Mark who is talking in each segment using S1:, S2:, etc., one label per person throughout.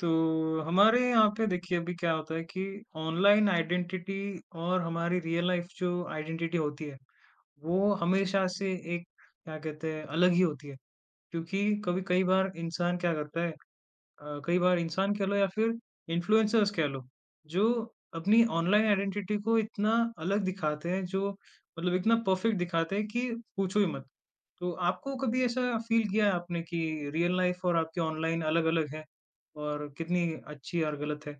S1: तो हमारे यहाँ पे देखिए अभी क्या होता है कि ऑनलाइन आइडेंटिटी और हमारी रियल लाइफ जो आइडेंटिटी होती है वो हमेशा से एक क्या कहते हैं अलग ही होती है। क्योंकि कभी कई बार इंसान क्या करता है, कई बार इंसान कह लो या फिर इन्फ्लुएंसर्स कह लो जो अपनी ऑनलाइन आइडेंटिटी को इतना अलग दिखाते हैं, जो मतलब इतना परफेक्ट दिखाते हैं कि पूछो ही मत। तो आपको कभी ऐसा फ़ील किया है आपने कि रियल लाइफ़ और आपके ऑनलाइन अलग-अलग है और कितनी अच्छी और गलत है?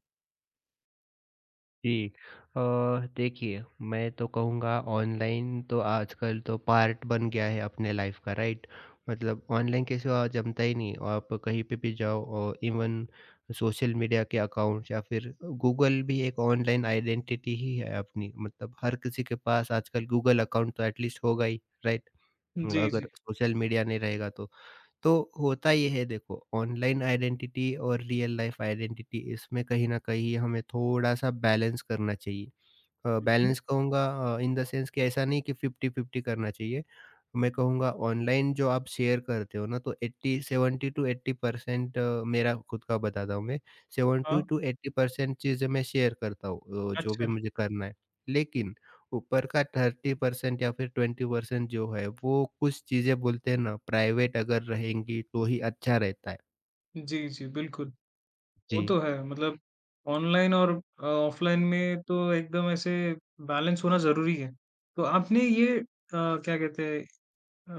S2: जी। अ, देखिए, मैं तो कहूँगा ऑनलाइन तो आजकल तो पार्ट बन गया है अपने लाइफ का, राइट? मतलब ऑनलाइन के सिवा जमता ही नहीं। आप कहीं पे भी जाओ और इवन सोशल मीडिया के अकाउंट्स या फिर गूगल भी एक ऑनलाइन आइडेंटिटी ही है अपनी। मतलब हर किसी के पास आजकल गूगल अकाउंट तो एटलीस्ट होगा ही, राइट?
S1: जी,
S2: अगर
S1: जी।
S2: सोशल मीडिया नहीं रहेगा तो। तो होता ये है देखो ऑनलाइन आइडेंटिटी और रियल लाइफ आइडेंटिटी इसमें कहीं न कहीं हमें थोड़ा-सा बैलेंस करना चाहिए।
S1: हुँ, हुँ।
S2: बैलेंस कहूँगा इन द सेंस कि ऐसा नहीं कि 50-50 करना चाहिए। मैं कहूँगा ऑनलाइन जो आप शेयर करते हो ना तो 80 70-80% मेरा खुद का बताता हूँ मैं,
S1: हाँ,
S2: 70-80% चीज़ें मैं शेयर करता हूँ जो भी
S1: अच्छा।
S2: मुझे करना है। लेकिन ऊपर का 30% या फिर 20% जो है वो कुछ चीज़ें बोलते हैं ना प्राइवेट अगर रहेंगी तो ही अच्छा रहता है।
S1: जी, जी, बिल्कुल।
S2: जी।
S1: वो तो है। मतलब ऑनलाइन और ऑफ़लाइन में तो एकदम ऐसे बैलेंस होना ज़रूरी है। तो आपने ये, क्या कहते हैं,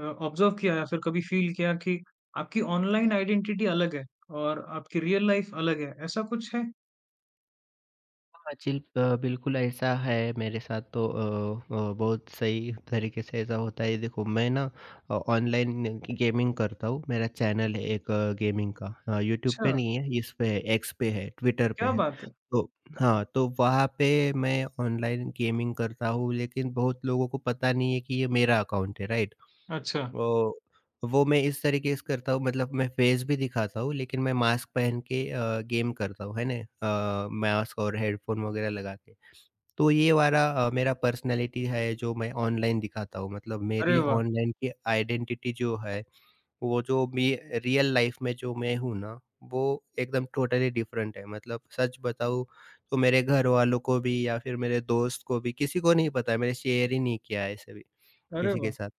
S1: अ, ऑब्ज़र्व किया या फिर कभी फ़ील किया कि आपकी ऑनलाइन आइडेंटिटी अलग है और आपकी रियल लाइफ़ अलग है, ऐसा कुछ है?
S2: हाँ, जी। बिल्कुल ऐसा है मेरे साथ तो बहुत सही तरीके से ऐसा होता है। देखो मैं ना ऑनलाइन गेमिंग करता हूँ, मेरा चैनल है एक गेमिंग का। यूट्यूब
S1: अच्छा,
S2: पे नहीं है, इस पे है, एक्स पे है, ट्विटर पे
S1: क्या
S2: है।
S1: बात है!
S2: तो हाँ, तो वहाँ पे मैं ऑनलाइन गेमिंग करता हूँ लेकिन बहुत लोगों को पता नहीं है कि ये मेरा अकाउंट है, राइट?
S1: अच्छा।
S2: वो वो मैं इस तरीके से करता हूँ मतलब मैं फेस भी दिखाता हूँ लेकिन मैं मास्क पहन के गेम करता हूँ, है ना? मास्क और हेडफ़ोन वग़ैरह लगा के। तो ये वाला मेरा पर्सनैलिटी है जो मैं ऑनलाइन दिखाता हूँ मतलब
S1: अरे
S2: मेरी
S1: वाह!
S2: ऑनलाइन की आइडेंटिटी जो है, वो जो मी रियल लाइफ़ में जो मैं हूँ ना, वो एकदम टोटली डिफ़रेंट है। मतलब सच बताऊँ तो मेरे घरवालों को भी या फिर मेरे दोस्त को भी किसी को नहीं पता है, मैंने शेयर ही नहीं किया है ऐसे भी
S1: अरे
S2: किसी के
S1: वाह!
S2: साथ।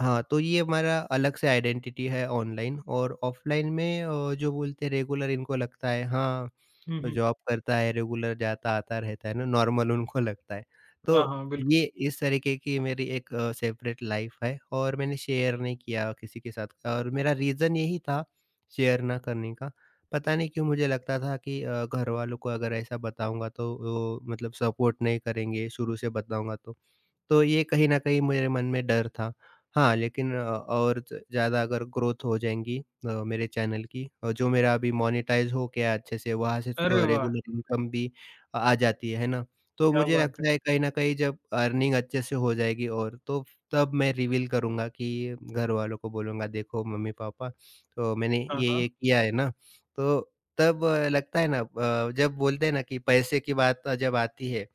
S2: हाँ, तो ये हमारा अलग से आइडेंटिटी है ऑनलाइन और ऑफलाइन में। जो बोलते हैं रेगुलर इनको लगता है हाँ,
S1: हुँ, हुँ।
S2: जॉब करता है, रेगुलर जाता-आता रहता है ना, नॉर्मल उनको लगता है।
S1: हाँ,
S2: तो
S1: हाँ, बिल्कुल।
S2: ये इस तरीके की मेरी एक सेपरेट लाइफ है और मैंने शेयर नहीं किया किसी के साथ और मेरा रीज़न यही था शेयर ना करने का।
S1: हुँ,
S2: पता नहीं क्यों मुझे लगता था कि घरवालों को अगर ऐसा बताऊँगा तो वो मतलब सपोर्ट नहीं करेंगे शुरू से बताऊँगा तो। तो ये कहीं न कहीं मेरे मन में डर था। हाँ, लेकिन और ज ज़्यादा अगर ग्रोथ हो जाएँगी मेरे चैनल की और जो मेरा अभी मोनेटाइज़ हो गया अच्छे से वहाँ से
S1: अरे वाह!
S2: रेगुलर इनकम भी आ जाती है ना? तो
S1: क्या
S2: मुझे
S1: बात है।
S2: लगता है कहीं न कहीं जब अर्निंग अच्छे से हो जाएगी और तो तब मैं रिवील करूँगा कि घरवालों को बोलूँगा देखो मम्मी-पापा तो मैंने
S1: हाँ, हाँ।
S2: ये-ये किया है ना, तो तब लगता है ना जब बोलते हैं ना कि पैसे की बात जब आती है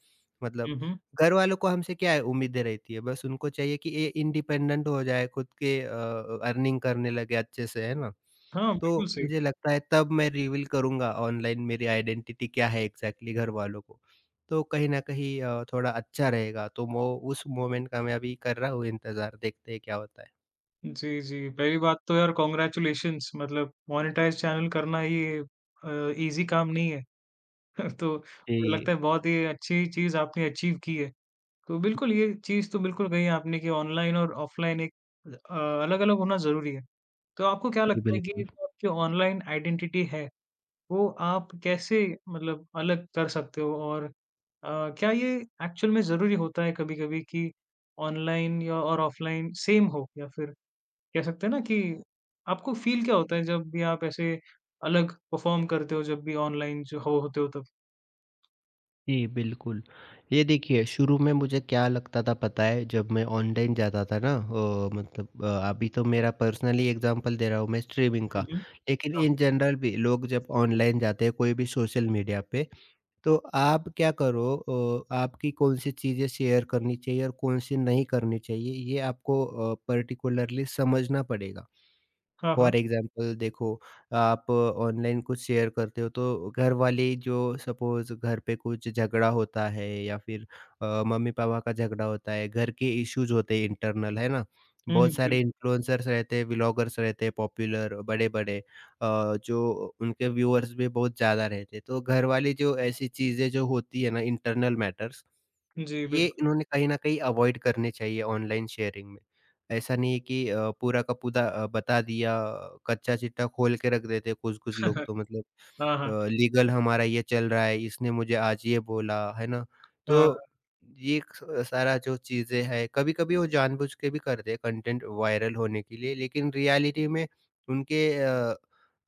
S2: मतलब
S1: हुँ, हुँ।
S2: घरवालों को हमसे क्या है उम्मीदें रहती है, बस उनको चाहिए कि ये इंडिपेंडेंट हो जाए, खुद के अर्निंग करने लगे अच्छे से, है ना?
S1: हाँ,
S2: तो
S1: बिल्कुल सही।
S2: मुझे लगता है तब मैं रिवील करूँगा ऑनलाइन मेरी आइडेंटिटी क्या है एग्ज़ैक्टली घरवालों को। तो कहीं न कहीं थोड़ा अच्छा रहेगा, तो मो उस मोमेंट का मैं अभी कर रहा हूँ इंतज़ार, देखते हैं क्या होता है।
S1: जी, जी। पहली बात तो यार कांग्रेचुलेशंस, मतलब मोनेटाइज़ चैनल करना ये अ, ईज़ी काम नहीं है। तो मुझे
S2: जी,
S1: लगता है बहुत ही अच्छी चीज़ आपने अचीव की है। तो बिल्कुल ये चीज़ तो बिल्कुल कही आपने कि ऑनलाइन और ऑफ़लाइन एक अ, अलग-अलग होना ज़रूरी है। तो आपको क्या
S2: जी,
S1: लगता है कि
S2: बिल्कुल।
S1: जो आपकी ऑनलाइन आइडेंटिटी है, वो आप कैसे मतलब अलग कर सकते हो? और क्या ये एक्चुअल में ज़रूरी होता है कभी-कभी कि ऑनलाइन या और ऑफलाइन सेम हो? या फिर कह सकते हैं ना कि आपको फ़ील क्या होता है जब भी आप ऐसे अलग परफ़ॉर्म करते हो, जब भी ऑनलाइन जो हो होते हो तब?
S2: जी, बिल्कुल। ये देखिए शुरू में मुझे क्या लगता था पता है जब मैं ऑनलाइन जाता था ना मतलब अभी तो मेरा पर्सनली एग्ज़ाम्पल दे रहा हूँ मैं स्ट्रीमिंग
S1: हुँ,
S2: का।
S1: हुँ।
S2: लेकिन
S1: हाँ,
S2: इन जनरल भी लोग जब ऑनलाइन जाते हैं कोई भी सोशल मीडिया पे तो आप क्या करो आपकी कौन-सी चीज़ें शेयर करनी चाहिए और कौन-सी नहीं करनी चाहिए ये आपको पर्टिकुलरली समझना पड़ेगा।
S1: हाँ, हाँ।
S2: फॉर एग्ज़ाम्पल देखो, आप ऑनलाइन कुछ शेयर करते हो तो घर वाले जो सपोज़ घर पे कुछ झगड़ा होता है या फिर मम्मी-पापा का झगड़ा होता है, घर के इश्यूज़ होते हैं इंटरनल, है ना?
S1: हुँ, हुँ,
S2: बहुत
S1: बिल्कुल।
S2: सारे इन्फ्लुएंसर्स रहते हैं, व्लॉगर्स रहते हैं पॉपुलर बड़े-बड़े जो उनके व्यूअर्स भी बहुत ज़्यादा रहते हैं। तो घर वाले जो ऐसी चीज़ें जो होती है ना इंटरनल मैटर्स
S1: जी,
S2: ये
S1: बिल्कुल।
S2: इन्होंने कहीं न कहीं अवॉइड करने चाहिए ऑनलाइन शेयरिंग में। ऐसा नहीं है कि पूरा का पूरा बता दिया, कच्चा चिट्ठा खोल के रख देते हैं कुछ-कुछ लोग तो मतलब
S1: हाँ, हाँ।
S2: लीगल हमारा ये चल रहा है, इसने मुझे आज ये बोला, है ना?
S1: हाँ,
S2: तो ये एक स सारा जो चीज़ें हैं, कभी-कभी वो जानबूझ के भी करते हैं कंटेंट वायरल होने के लिए, लेकिन रियलिटी में उनके अ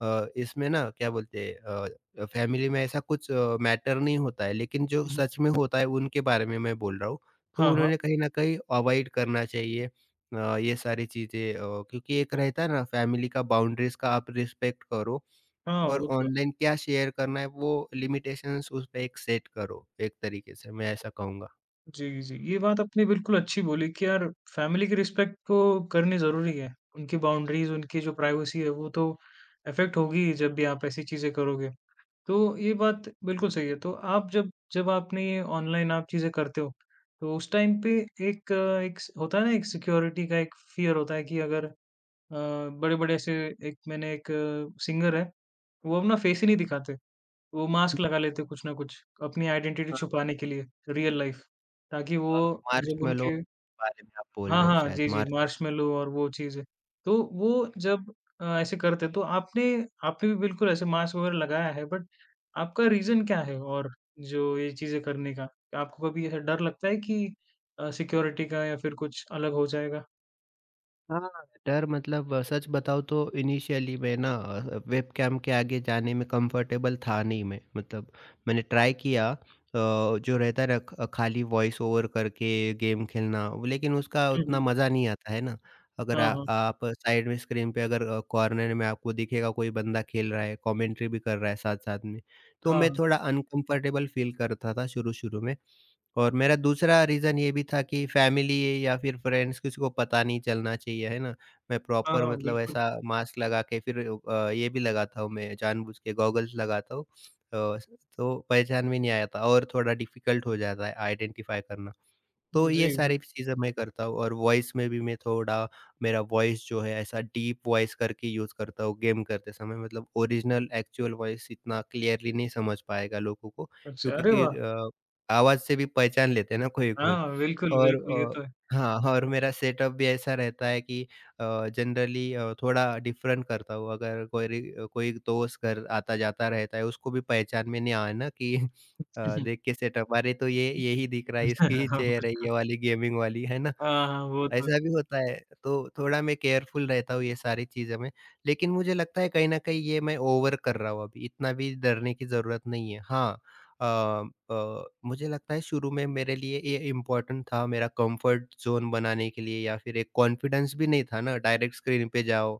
S2: अ, इसमें ना क्या बोलते हैं फैमिली में ऐसा कुछ मैटर नहीं होता है, लेकिन जो
S1: हुँ, हुँ।
S2: सच में होता है उनके बारे में मैं बोल रहा हूँ। तो
S1: हाँ, हाँ।
S2: उन्होंने कहीं न कहीं अवॉइड करना चाहिए ये सारी चीज़ें क्योंकि एक रहता है ना फैमिली का बाउंड्रीज़ का आप रिस्पेक्ट करो
S1: हाँ,
S2: और
S1: वो तो है।
S2: ऑनलाइन क्या शेयर करना है वो लिमिटेशंस उस पे एक सेट करो, एक तरीके से मैं ऐसा कहूँगा।
S1: जी, जी। ये बात आपने बिल्कुल अच्छी बोली कि यार फ़ैमिली की रिस्पेक्ट तो करनी ज़रूरी है। उनकी बाउंड्रीज़, उनकी जो प्राइवेसी है वो तो अफ़ेक्ट होगी ही जब भी आप ऐसी चीज़ें करोगे। तो ये बात बिल्कुल सही है। तो आप जब जब आपने ये ऑनलाइन आप चीज़ें करते हो, तो उस टाइम पे एक अ, एक स होता है ना, एक सिक्योरिटी का एक फ़ियर होता है कि अगर बड़े-बड़े ऐसे एक, मैंने एक सिंगर है, वो अपना फेस ही नहीं दिखाते। वो मास्क
S2: हुँ।
S1: लगा लेते हैं कुछ ना कुछ, अपनी आइडेंटिटी
S2: हाँ,
S1: छुपाने के लिए, रियल लाइफ़, ताकि वो
S2: हाँ,
S1: जब
S2: मार्शमैलो
S1: उनके।
S2: के बारे में आप बोल
S1: हाँ,
S2: रहे हो
S1: हाँ। जी,
S2: शायद
S1: जी,
S2: मार्श
S1: मार्शमैलो और वो चीज़ें। तो वो जब ऐसे करते तो आपने आपने भी बिल्कुल ऐसे मास्क वगैरह लगाया है, बट आपका रीज़न क्या है? और जो ये चीज़ें करने का? आपको कभी ऐसा डर लगता है कि सिक्योरिटी का या फिर कुछ अलग हो जाएगा?
S2: हाँ, डर मतलब सच बताऊँ तो इनिशियली मैं ना वेबकैम के आगे जाने में कंफर्टेबल था नहीं मैं मतलब मैंने ट्राई किया जो रहता है ना खाली वॉइस ओवर करके गेम खेलना लेकिन उसका
S1: हुँ,
S2: उतना
S1: हुँ।
S2: मज़ा नहीं आता है ना अगर
S1: हाँ, हाँ।
S2: आप साइड में स्क्रीन पे अगर कॉर्नर में आपको दिखेगा कोई बंदा खेल रहा है कमेंट्री भी कर रहा है साथ साथ में तो
S1: हाँ,
S2: मैं
S1: हाँ।
S2: थोड़ा अनकंफर्टेबल फील करता था शुरू शुरू में। और मेरा दूसरा रीज़न ये भी था कि फैमिली या फिर फ्रेंड्स किसी को पता नहीं चलना चाहिए, है ना? मैं
S1: हाँ,
S2: प्रॉपर
S1: हाँ,
S2: मतलब
S1: बिल्कुल।
S2: ऐसा मास्क लगा के फिर ये भी लगाता हूँ मैं जानबूझ के गॉगल्स लगाता हूँ। अ, तो पहचान में नहीं आया था और थोड़ा डिफ़िकल्ट हो जाता है आइडेंटिफ़ाई करना। तो ये
S1: जी, बिल
S2: सारी चीज़ें मैं करता हूँ और वॉइस में भी मैं थोड़ा मेरा वॉइस जो है ऐसा डीप वॉइस करके यूज़ करता हूँ गेम करते समय मतलब ओरिजिनल एक्चुअल वॉइस इतना क्लियरली नहीं समझ पाएगा लोगों को
S1: अच्छा,
S2: क्योंकि
S1: अरे
S2: कि
S1: वाह!
S2: आवाज़ से भी पहचान लेते हैं ना कोई-कोई
S1: हाँ, बिल्कुल,
S2: और
S1: बिल्कुल, ये तो है।
S2: हाँ, और मेरा सेटअप भी ऐसा रहता है कि जनरली थोड़ा डिफरेंट करता हूँ। अगर कोई रि कोई दोस्त घर आता-जाता रहता है, उसको भी पहचान में नहीं आना कि देख के सेटअप, "अरे! तो ये यही दिख रहा है, इसकी ही
S1: हाँ,
S2: चेयर है,
S1: बिल्कुल।
S2: ये वाली गेमिंग वाली।" है ना?
S1: हाँ, हाँ, वो तो।
S2: ऐसा भी होता है, तो थोड़ा मैं केयरफुल रहता हूँ ये सारी चीज़ों में। लेकिन मुझे लगता है कहीं न कहीं ये मैं ओवर कर रहा हूँ अभी, इतना भी डरने की ज़रूरत नहीं है। हाँ। अ मुझे लगता है शुरू में मेरे लिए ये इम्पोर्टेंट था मेरा कंफर्ट ज़ोन बनाने के लिए या फिर एक कॉन्फिडेंस भी नहीं था ना, डायरेक्ट स्क्रीन पे जाओ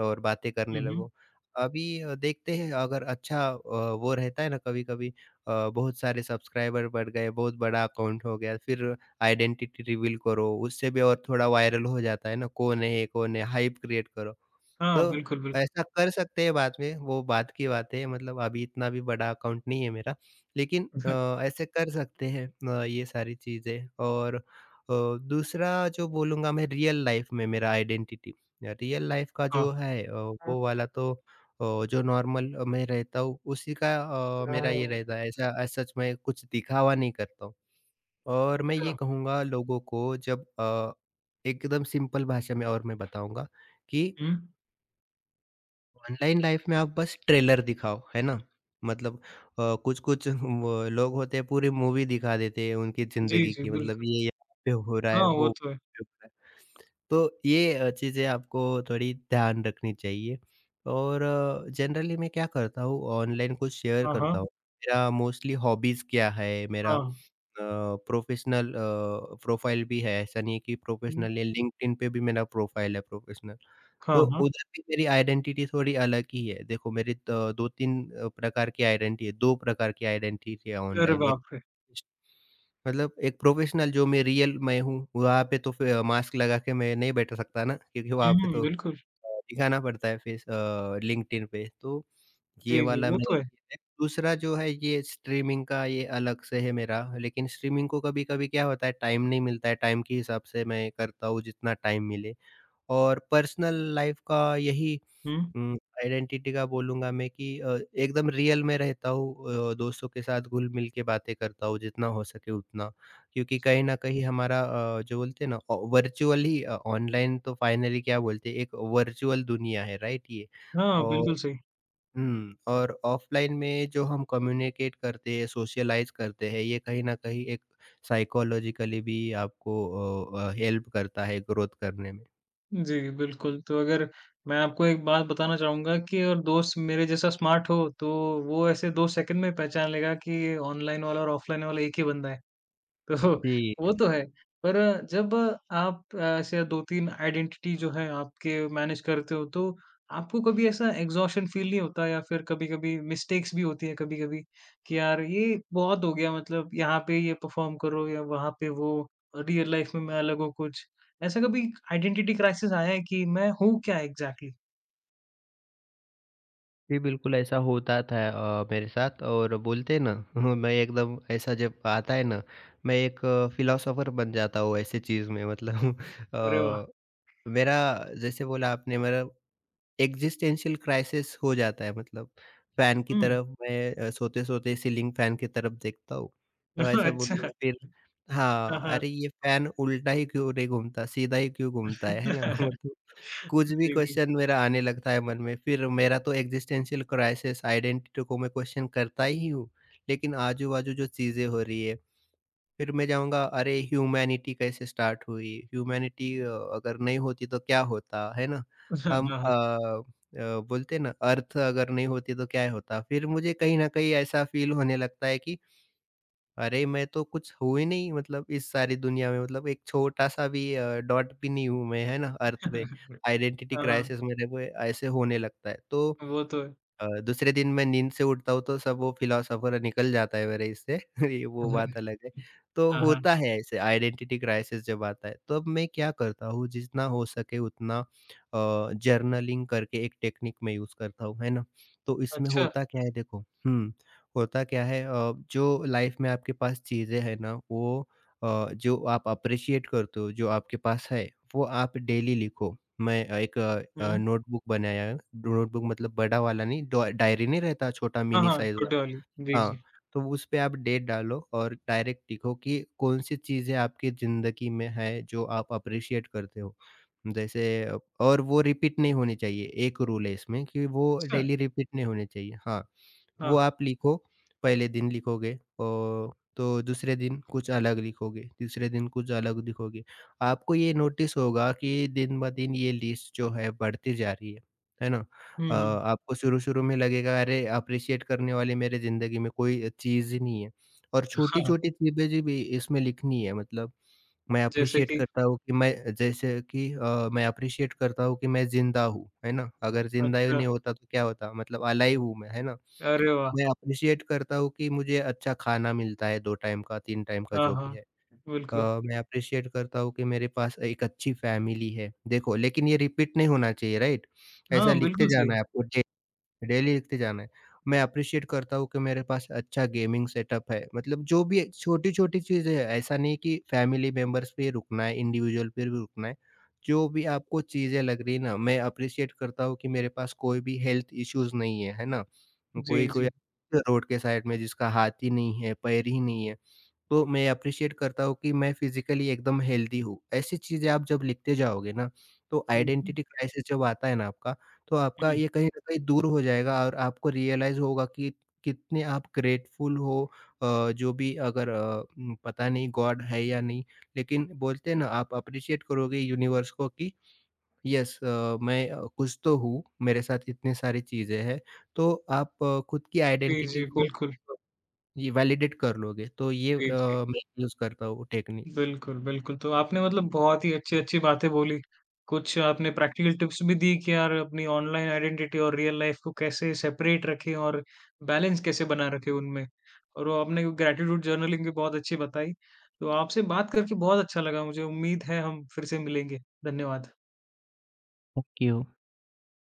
S2: और बातें करने
S1: हुँ, हुँ।
S2: लगो। अभी देखते हैं अगर अच्छा वो रहता है ना कभी-कभी बहुत सारे सब्सक्राइबर बढ़ गए, बहुत बड़ा अकाउंट हो गया, फिर आइडेंटिटी रिवील करो, उससे भी और थोड़ा वायरल हो जाता है ना, कौन है ये कौन है? हाइप क्रिएट करो।
S1: हाँ,
S2: तो
S1: बिल्कुल, बिल्कुल।
S2: ऐसा कर सकते हैं बाद में, वो बाद की बात है मतलब अभी इतना भी बड़ा अकाउंट नहीं है मेरा। लेकिन ऐसे कर सकते हैं ये सारी चीज़ें और दूसरा जो बोलूँगा मैं रियल लाइफ़ में मेरा आइडेंटिटी, रियल लाइफ़ का
S1: हाँ।
S2: जो है वो वाला तो जो नॉर्मल मैं रहता हूँ, उसी का
S1: अच्छा,
S2: मेरा ये रहता है, ऐसा सच में कुछ दिखावा नहीं करता हूँ। और मैं ये कहूँगा लोगों को जब एकदम सिंपल भाषा में और मैं बताऊँगा कि
S1: हुँ।
S2: ऑनलाइन लाइफ में आप बस ट्रेलर दिखाओ, है ना? मतलब कुछ-कुछ वो लोग होते हैं पूरी मूवी दिखा देते हैं उनकी
S1: जी,
S2: ज़िंदगी
S1: जी,
S2: की। मतलब
S1: बिल्कुल।
S2: ये यहाँ पे हो रहा है,
S1: हाँ, वो
S2: वो
S1: तो है।
S2: पे हो रहा है। तो ये चीज़ें आपको थोड़ी ध्यान रखनी चाहिए और जनरली मैं क्या करता हूँ, ऑनलाइन कुछ शेयर
S1: हाँ,
S2: करता
S1: हाँ।
S2: हूँ। मेरा मोस्टली हॉबीज़ क्या है,
S1: हाँ।
S2: मेरा प्रोफेशनल प्रोफ़ाइल भी है। ऐसा नहीं है कि
S1: हुँ।
S2: प्रोफेशनल है, लिंक्डइन पे भी मेरा प्रोफ़ाइल है प्रोफेशनल।
S1: हाँ,
S2: तो
S1: हाँ।
S2: उधर भी मेरी आइडेंटिटी थोड़ी अलग ही है। देखो मेरी त 2-3 प्रकार की आइडेंटिटी है, 2 प्रकार की आइडेंटिटी है
S1: अरे
S2: ऑनलाइन।
S1: बाप रे!
S2: एक प्रोफेशनल जो मैं रियल मैं हूँ, वहाँ पे तो फ़िर मास्क लगा के मैं नहीं बैठ सकता ना, क्योंकि वहाँ पे
S1: हुँ,
S2: तो
S1: बिल्कुल।
S2: दिखाना पड़ता है फेस। लिंक्डइन पे तो ये
S1: जी, जी,
S2: वाला
S1: वो
S2: मेरा
S1: तो है।
S2: ये है। दूसरा जो है ये स्ट्रीमिंग का ये अलग से है मेरा, लेकिन स्ट्रीमिंग को कभी-कभी क्या होता है टाइम नहीं मिलता है, टाइम के हिसाब से मैं करता हूँ जितना टाइम मिले। और पर्सनल लाइफ का यही
S1: हुँ।
S2: हुँ, आइडेंटिटी का बोलूँगा मैं कि एकदम रियल में रहता हूँ। दोस्तों के साथ घुल-मिल के बातें करता हूँ जितना हो सके उतना। क्योंकि कहीं न कहीं हमारा जो बोलते हैं ना वर्चुअली ऑनलाइन तो फाइनली क्या बोलते हैं, एक वर्चुअल दुनिया है राइट ये।
S1: हाँ,
S2: और
S1: बिल्कुल सही।
S2: और ऑफ़लाइन में जो हम कम्युनिकेट करते हैं, सोशलाइज़ करते हैं ये कहीं न कहीं एक साइकोलॉजिकली भी आपको हेल्प करता है ग्रोथ करने में।
S1: जी, बिल्कुल। तो अगर मैं आपको एक बात बताना चाहूँगा कि अगर दोस्त मेरे जैसा स्मार्ट हो, तो वो ऐसे 2 सेकंड में पहचान लेगा कि ये ऑनलाइन वाला और ऑफलाइन वाला एक ही बंदा है। तो
S2: जी।
S1: वो तो है। पर जब आप ऐसे 2-3 आइडेंटिटी जो है आपके मैनेज करते हो, तो आपको कभी ऐसा एग्ज़ॉस्शन फ़ील नहीं होता या फिर कभी-कभी मिस्टेक्स भी होती है कभी-कभी, कि यार ये बहुत हो गया, मतलब यहाँ पे ये परफ़ॉर्म करो या वहाँ पे वो, रियल लाइफ़ में मैं अलग हूँ कुछ। ऐसा कभी आइडेंटिटी क्राइसिस आया है कि मैं हूँ क्या एग्ज़ैक्टली?
S2: जी, बिल्कुल ऐसा होता था मेरे साथ और बोलते हैं ना मैं एकदम ऐसा जब आता है ना, मैं एक फिलोसोफर बन जाता हूँ ऐसे चीज़ में मतलब
S1: अरे वाह!
S2: अ, मेरा जैसे बोला आपने, मेरा एग्जिस्टेंशियल क्राइसिस हो जाता है। मतलब फैन की
S1: हुँ।
S2: तरफ मैं सोते सोते सीलिंग फैन की तरफ देखता हूँ तो ऐसा
S1: अच्छा।
S2: बोलूंगा, फिर
S1: हाँ,
S2: हाँ
S1: हाँ।
S2: अरे ये फैन उल्टा ही क्यों रे घूमता, सीधा ही क्यों घूमता है ना? कुछ भी
S1: जी, जी।
S2: क्वेश्चन मेरा आने लगता है मन में, फिर मेरा तो एक्जिस्टेंशियल क्राइसिस, आइडेंटिटी को मैं क्वेश्चन करता ही हूँ, लेकिन आजू-बाजू जो चीज़ें हो रही है, फिर मैं जाऊँगा अरे ह्यूमैनिटी कैसे स्टार्ट हुई? ह्यूमैनिटी अगर नहीं होती तो क्या होता? है ना?
S1: हाँ,
S2: हम अ
S1: हाँ।
S2: बोलते हैं ना अर्थ अगर नहीं होती तो क्या होता? फिर मुझे कहीं न कहीं ऐसा फील होने लगता है कि अरे! मैं तो कुछ हूँ ही नहीं, मतलब इस सारी दुनिया में, मतलब एक छोटा-सा भी डॉट भी नहीं हूँ मैं, है ना? अर्थ पे आइडेंटिटी
S1: हाँ, हाँ।
S2: क्राइसिस मेरे को ऐसे होने लगता है। तो
S1: वो तो है।
S2: दूसरे दिन मैं नींद से उठता हूँ तो सब वो फिलोसोफर निकल जाता है मेरे इससे ये वो
S1: हाँ, हाँ।
S2: बात अलग है। तो
S1: हाँ, हाँ।
S2: होता है ऐसे, आइडेंटिटी क्राइसिस जब आता है, तब मैं क्या करता हूँ जितना हो सके उतना जर्नलिंग करके एक टेक्निक मैं यूज़ करता हूँ, है ना? तो इसमें
S1: अच्छा,
S2: होता क्या है देखो, होता क्या है जो लाइफ़ में आपके पास चीज़ें हैं ना, वो जो आप अप्रिशिएट करते हो, जो आपके पास है, वो आप डेली लिखो। मैं एक
S1: हुँ।
S2: नोटबुक बनाया। नोटबुक मतलब बड़ा वाला नहीं, डॉ डायरी नहीं रहता, छोटा
S1: हाँ,
S2: मिनी
S1: हाँ,
S2: साइज़
S1: छोटे
S2: वाला।
S1: वाली। जी,
S2: हाँ,
S1: जी।
S2: तो उस पे आप डेट डालो और डायरेक्ट लिखो कि कौन-सी चीज़ें आपकी ज़िंदगी में है जो आप अप्रिशिएट करते हो। जैसे और वो रिपीट नहीं होनी चाहिए, एक रूल है इसमें कि वो
S1: अच्छा,
S2: डेली रिपीट नहीं होनी चाहिए। हाँ,
S1: हाँ,
S2: वो
S1: हाँ।
S2: आप लिखो, पहले दिन लिखोगे औ तो दूसरे दिन कुछ अलग लिखोगे, तीसरे दिन कुछ अलग लिखोगे। आपको ये नोटिस होगा कि दिन-ब-दिन ये लिस्ट जो है बढ़ती जा रही है ना?
S1: हुँ, हुँ।
S2: आपको शुरू-शुरू में लगेगा अरे! एप्रिशिएट करने वाली मेरे ज़िंदगी में कोई चीज़ ही नहीं है और
S1: हाँ,
S2: छोटी-छोटी चीज़ें जी भी इसमें लिखनी है। मतलब मैं
S1: जैसे
S2: एप्रिशिएट
S1: कि
S2: करता हूँ कि मैं जैसे कि अ, मैं एप्रिशिएट करता हूँ कि मैं ज़िंदा हूँ, है ना? अगर ज़िंदा ही
S1: अच्छा,
S2: नहीं होता तो क्या होता? मतलब अलाइव हूँ मैं, है ना?
S1: अरे वाह!
S2: मैं एप्रिशिएट करता हूँ कि मुझे अच्छा खाना मिलता है 2 टाइम का, 3 टाइम का
S1: हाँ,
S2: जो
S1: हाँ,
S2: भी है।
S1: बिल्कुल।
S2: अ, मैं एप्रिशिएट करता हूँ कि मेरे पास एक अच्छी फैमिली है। देखो लेकिन ये रिपीट नहीं होना चाहिए राइट?
S1: हाँ,
S2: ऐसा लिखते
S1: बिल्कुल सही।
S2: जाना है आपको, डेली लिखते जाना है। मैं एप्रिशिएट करता हूँ कि मेरे पास अच्छा गेमिंग सेटअप है। मतलब जो भी छोटी-छोटी चीज़ें हैं, ऐसा नहीं कि फैमिली मेंबर्स पे ही रुकना है, इंडिविजुअल पे भी रुकना है। जो भी आपको चीज़ें लग रही है ना, मैं एप्रिशिएट करता हूँ कि मेरे पास कोई भी हेल्थ इश्यूज़ नहीं है, है ना?
S1: जी,
S2: कोई-कोई
S1: जी।
S2: रोड के साइड में जिसका हाथ ही नहीं है, पैर ही नहीं है। तो मैं एप्रिशिएट करता हूँ कि मैं फिज़िकली एकदम हेल्दी हूँ। ऐसी चीज़ें आप जब लिखते जाओगे ना, तो
S1: हुँ, हुँ।
S2: आइडेंटिटी क्राइसिस जब आता है ना आपका, तो आपका
S1: हुँ।
S2: ये कहीं न कहीं दूर हो जाएगा और आपको रियलाइज़ होगा कि कितने आप ग्रेटफुल हो। जो भी अगर पता नहीं गॉड है या नहीं, लेकिन बोलते हैं ना आप एप्रिशिएट करोगे यूनिवर्स को कि यस मैं कुछ तो हूँ, मेरे साथ इतनी सारी चीज़ें हैं। तो आप खुद की
S1: जी,
S2: आइडेंटिटी
S1: जी,
S2: को
S1: बिल्कुल।
S2: ये वैलिडेट कर लोगे, तो ये
S1: जी, जी।
S2: मैं यूज़ करता हूँ टेक्नीक।
S1: बिल्कुल, बिल्कुल। तो आपने मतलब बहुत ही अच्छी-अच्छी बातें बोली। कुछ आपने प्रैक्टिकल टिप्स भी दी कि यार अपनी ऑनलाइन आइडेंटिटी और रियल लाइफ को कैसे सेपरेट रखें और बैलेंस कैसे बना रखें उनमें। और वो आपने ग्रैटिट्यूड जर्नलिंग भी बहुत अच्छी बताई। तो आपसे बात करके बहुत अच्छा लगा मुझे। उम्मीद है हम फिर से मिलेंगे। धन्यवाद।
S2: ओके, ओ